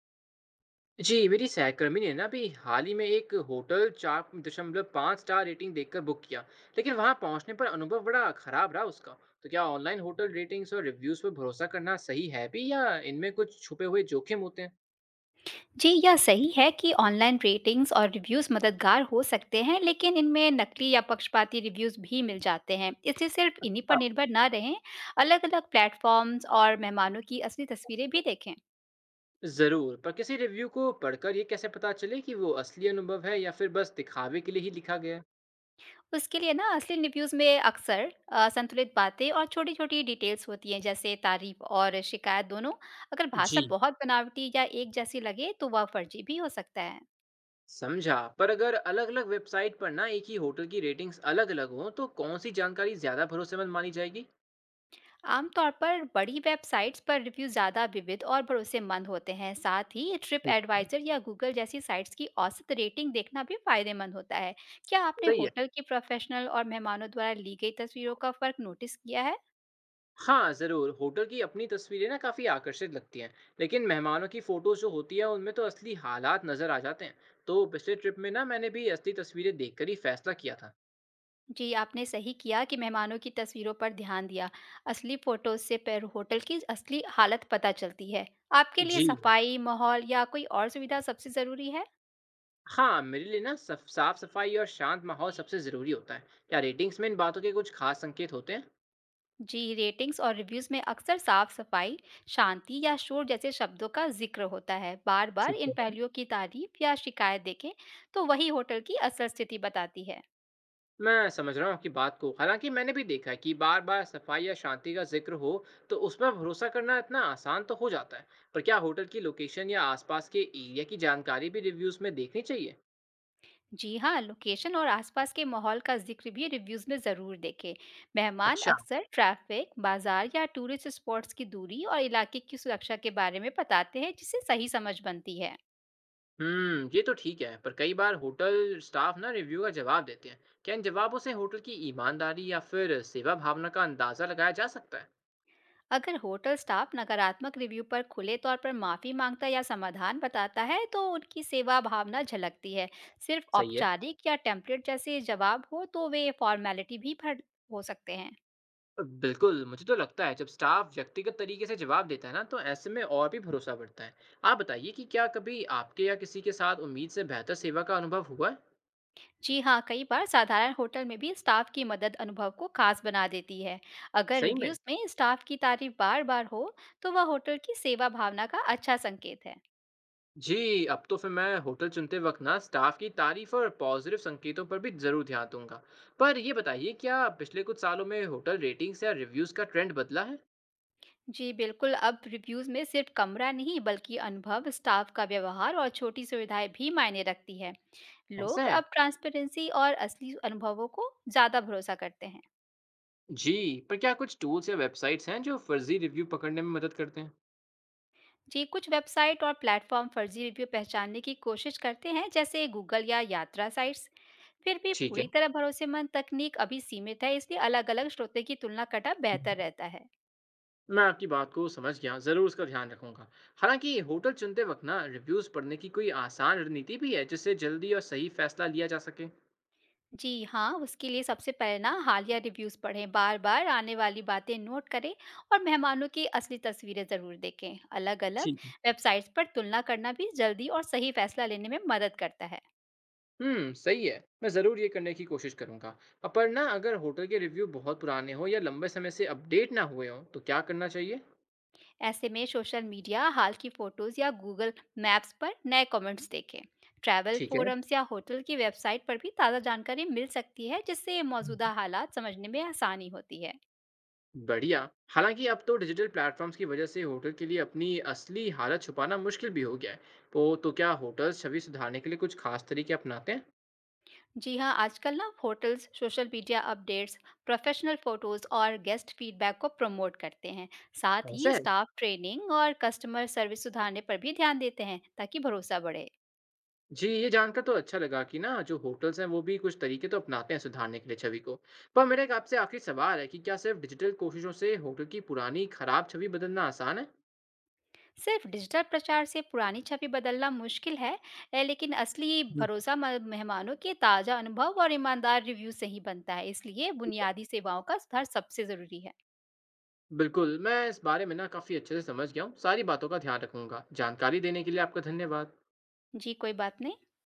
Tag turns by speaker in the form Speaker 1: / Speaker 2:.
Speaker 1: जी, मेरी सहकर्मी ने ना अभी हाल ही में एक होटल 4.5 स्टार रेटिंग देखकर बुक किया, लेकिन वहां पहुंचने पर अनुभव बड़ा खराब रहा उसका। तो क्या ऑनलाइन होटल रेटिंग्स और रिव्यूज पर भरोसा करना सही है भी या इनमें कुछ छुपे हुए जोखिम होते हैं?
Speaker 2: जी, यह सही है कि ऑनलाइन रेटिंग्स और रिव्यूज़ मददगार हो सकते हैं, लेकिन इनमें नकली या पक्षपाती रिव्यूज़ भी मिल जाते हैं। इसलिए सिर्फ इन्हीं पर निर्भर ना रहें, अलग-अलग प्लेटफ़ॉर्म्स और मेहमानों की असली तस्वीरें भी देखें।
Speaker 1: जरूर, पर किसी रिव्यू को पढ़कर ये कैसे पता चले कि वो असली अनुभव है या फिर बस दिखावे के लिए ही लिखा गया है?
Speaker 2: उसके लिए ना असली रिव्यूज़ में अक्सर संतुलित बातें और छोटी-छोटी डिटेल्स होती हैं, जैसे तारीफ़ और शिकायत दोनों। अगर
Speaker 1: जी,
Speaker 2: भाषा बहुत बनावटी या एक जैसी लगे, तो वह फर्जी भी हो सकता है।
Speaker 1: समझा। पर अगर अलग अलग वेबसाइट पर ना एक ही होटल की रेटिंग्स अलग अलग हों तो कौन सी जानकारी ज्यादा भरोसेमंद मानी जाएगी?
Speaker 2: आमतौर पर बड़ी वेबसाइट्स पर रिव्यू ज़्यादा विविध और भरोसेमंद होते हैं। साथ ही ट्रिप
Speaker 1: ठीक है।
Speaker 2: एडवाइजर या गूगल जैसी साइट्स की औसत रेटिंग देखना भी फायदेमंद होता है। क्या आपने
Speaker 1: सही है।
Speaker 2: होटल के प्रोफेशनल और मेहमानों द्वारा ली गई तस्वीरों का फ़र्क नोटिस किया है?
Speaker 1: हाँ, ज़रूर। होटल की अपनी तस्वीरें ना काफ़ी आकर्षित लगती हैं, लेकिन मेहमानों की फ़ोटोज़ जो होती हैं, उनमें तो असली हालात नज़र आ जाते हैं। तो पिछले ट्रिप में ना मैंने भी असली तस्वीरें देखकर ही फैसला किया था।
Speaker 2: जी, आपने सही किया कि मेहमानों की तस्वीरों पर ध्यान दिया। असली फोटोज से पर होटल की असली हालत पता चलती है। आपके लिए
Speaker 1: जी।
Speaker 2: सफाई, माहौल या कोई और सुविधा सबसे ज़रूरी है?
Speaker 1: हाँ, मेरे लिए ना सफ साफ़-सफ़ाई और शांत माहौल सबसे ज़रूरी होता है। क्या रेटिंग्स में इन बातों के कुछ ख़ास संकेत होते हैं?
Speaker 2: जी, रेटिंग्स और रिव्यूज में अक्सर साफ सफाई, शांति या शोर जैसे शब्दों का जिक्र होता है। बार बार
Speaker 1: ठीक
Speaker 2: इन
Speaker 1: है।
Speaker 2: पहलुओं की तारीफ या शिकायत देखें तो वही होटल की असल स्थिति बताती है।
Speaker 1: मैं समझ रहा हूँ आपकी बात को। हालांकि मैंने भी देखा है कि बार बार सफाई या शांति का जिक्र हो तो उसमें भरोसा करना इतना आसान तो हो जाता है। पर क्या होटल की लोकेशन या आसपास के एरिया की जानकारी भी रिव्यूज में देखनी चाहिए?
Speaker 2: जी हाँ, लोकेशन और आसपास के माहौल का जिक्र भी रिव्यूज में जरूर देखें। मेहमान
Speaker 1: अच्छा।
Speaker 2: अक्सर ट्रैफिक, बाजार या टूरिस्ट स्पॉट्स की दूरी और इलाके की सुरक्षा के बारे में बताते हैं, जिससे सही समझ बनती है।
Speaker 1: हम्म, ये तो ठीक है, पर कई बार होटल स्टाफ ना रिव्यू का जवाब देते हैं। क्या इन जवाबों से होटल की ईमानदारी या फिर सेवा भावना का अंदाजा लगाया जा सकता है?
Speaker 2: अगर होटल स्टाफ नकारात्मक रिव्यू पर खुले तौर पर माफी मांगता या समाधान बताता है, तो उनकी सेवा भावना झलकती है। सिर्फ
Speaker 1: सही है।
Speaker 2: औपचारिक या टेम्पलेट जैसे जवाब हो तो वे फॉर्मेलिटी भी भर हो सकते हैं।
Speaker 1: बिल्कुल, मुझे तो लगता है जब स्टाफ व्यक्तिगत तरीके से जवाब देता है ना, तो ऐसे में और भी भरोसा बढ़ता है। आप बताइए कि क्या कभी आपके या किसी के साथ उम्मीद से बेहतर सेवा का अनुभव हुआ है?
Speaker 2: जी हाँ, कई बार साधारण होटल में भी स्टाफ की मदद अनुभव को खास बना देती है। अगर
Speaker 1: सही में?
Speaker 2: रिव्यूज में स्टाफ की तारीफ बार बार हो तो वह होटल की सेवा भावना का अच्छा संकेत है।
Speaker 1: जी, अब तो फिर मैं होटल चुनते वक़्त ना स्टाफ की तारीफ और पॉजिटिव संकेतों पर भी ज़रूर ध्यान दूँगा। पर ये बताइए, क्या पिछले कुछ सालों में होटल रेटिंग्स या रिव्यूज़ का ट्रेंड बदला है?
Speaker 2: जी बिल्कुल, अब रिव्यूज में सिर्फ कमरा नहीं बल्कि अनुभव, स्टाफ का व्यवहार और छोटी सुविधाएं भी मायने रखती है।
Speaker 1: ऐसा
Speaker 2: लोग
Speaker 1: है?
Speaker 2: अब ट्रांसपेरेंसी और असली अनुभवों को ज़्यादा भरोसा करते हैं।
Speaker 1: जी, पर क्या कुछ टूल्स या वेबसाइट्स हैं जो फर्जी रिव्यू पकड़ने में मदद करते हैं?
Speaker 2: जी, कुछ वेबसाइट और प्लेटफॉर्म फर्जी रिव्यू पहचानने की कोशिश करते हैं, जैसे गूगल या यात्रा साइट्स। फिर भी
Speaker 1: ठीक
Speaker 2: पूरी तरह भरोसेमंद तकनीक अभी सीमित है, इसलिए अलग अलग स्रोतों की तुलना करना बेहतर
Speaker 1: है।
Speaker 2: रहता है।
Speaker 1: मैं आपकी बात को समझ गया, ज़रूर उसका ध्यान रखूँगा। हालाँकि होटल चुनते वक़्त ना रिव्यूज़ पढ़ने की कोई आसान रणनीति भी है, जिससे जल्दी और सही फ़ैसला लिया जा सके?
Speaker 2: जी हाँ, उसके लिए सबसे पहले ना हालिया रिव्यूज पढ़ें, बार बार आने वाली बातें नोट करें और मेहमानों की असली तस्वीरें ज़रूर देखें। अलग अलग
Speaker 1: ठीक है।
Speaker 2: वेबसाइट्स पर तुलना करना भी जल्दी और सही फैसला लेने में मदद करता है।
Speaker 1: हुँ, सही है। मैं ज़रूर ये करने की कोशिश करूँगा। पर ना अगर होटल के रिव्यू बहुत पुराने हों या लंबे समय से अपडेट ना हुए हों, तो क्या करना चाहिए?
Speaker 2: ऐसे में सोशल मीडिया, हाल की फोटोज या गूगल मैप्स पर नए कमेंट्स देखें। ट्रैवल
Speaker 1: ठीक है।
Speaker 2: फोरम्स या होटल की वेबसाइट पर भी ताज़ा जानकारी मिल सकती है, जिससे
Speaker 1: हुँ।
Speaker 2: मौजूदा हालात समझने में आसानी होती है।
Speaker 1: बढ़िया। हालाँकि अब तो डिजिटल प्लेटफ़ॉर्म्स की वजह से होटल के लिए अपनी असली हालत छुपाना मुश्किल भी हो गया है। तो क्या होटल्स छवि सुधारने के लिए कुछ ख़ास तरीके अपनाते हैं?
Speaker 2: जी हाँ, आजकल ना hotels social media updates, professional photos और गेस्ट फीडबैक को प्रमोट करते हैं। साथ
Speaker 1: ऐसा
Speaker 2: ही
Speaker 1: है?
Speaker 2: स्टाफ ट्रेनिंग और कस्टमर सर्विस सुधारने पर भी ध्यान देते हैं, ताकि भरोसा बढ़े।
Speaker 1: जी, ये जानकर तो अच्छा लगा कि ना जो होटल्स हैं वो भी कुछ तरीके तो अपनाते हैं सुधारने के लिए छवि को। पर मेरा एक आपसे आखिरी सवाल है कि क्या सिर्फ डिजिटल कोशिशों से होटल की पुरानी खराब छवि बदलना आसान है?
Speaker 2: सिर्फ डिजिटल प्रचार से पुरानी छवि बदलना मुश्किल है, लेकिन असली
Speaker 1: बिल्कुल।
Speaker 2: भरोसा मेहमानों के ताज़ा अनुभव और ईमानदार रिव्यू से ही बनता है। इसलिए बुनियादी सेवाओं का सुधार सबसे ज़रूरी है।
Speaker 1: बिल्कुल, मैं इस बारे में ना काफ़ी अच्छे से समझ गया हूँ। सारी बातों का ध्यान रखूंगा। जानकारी देने के लिए आपका धन्यवाद।
Speaker 2: जी, कोई बात नहीं।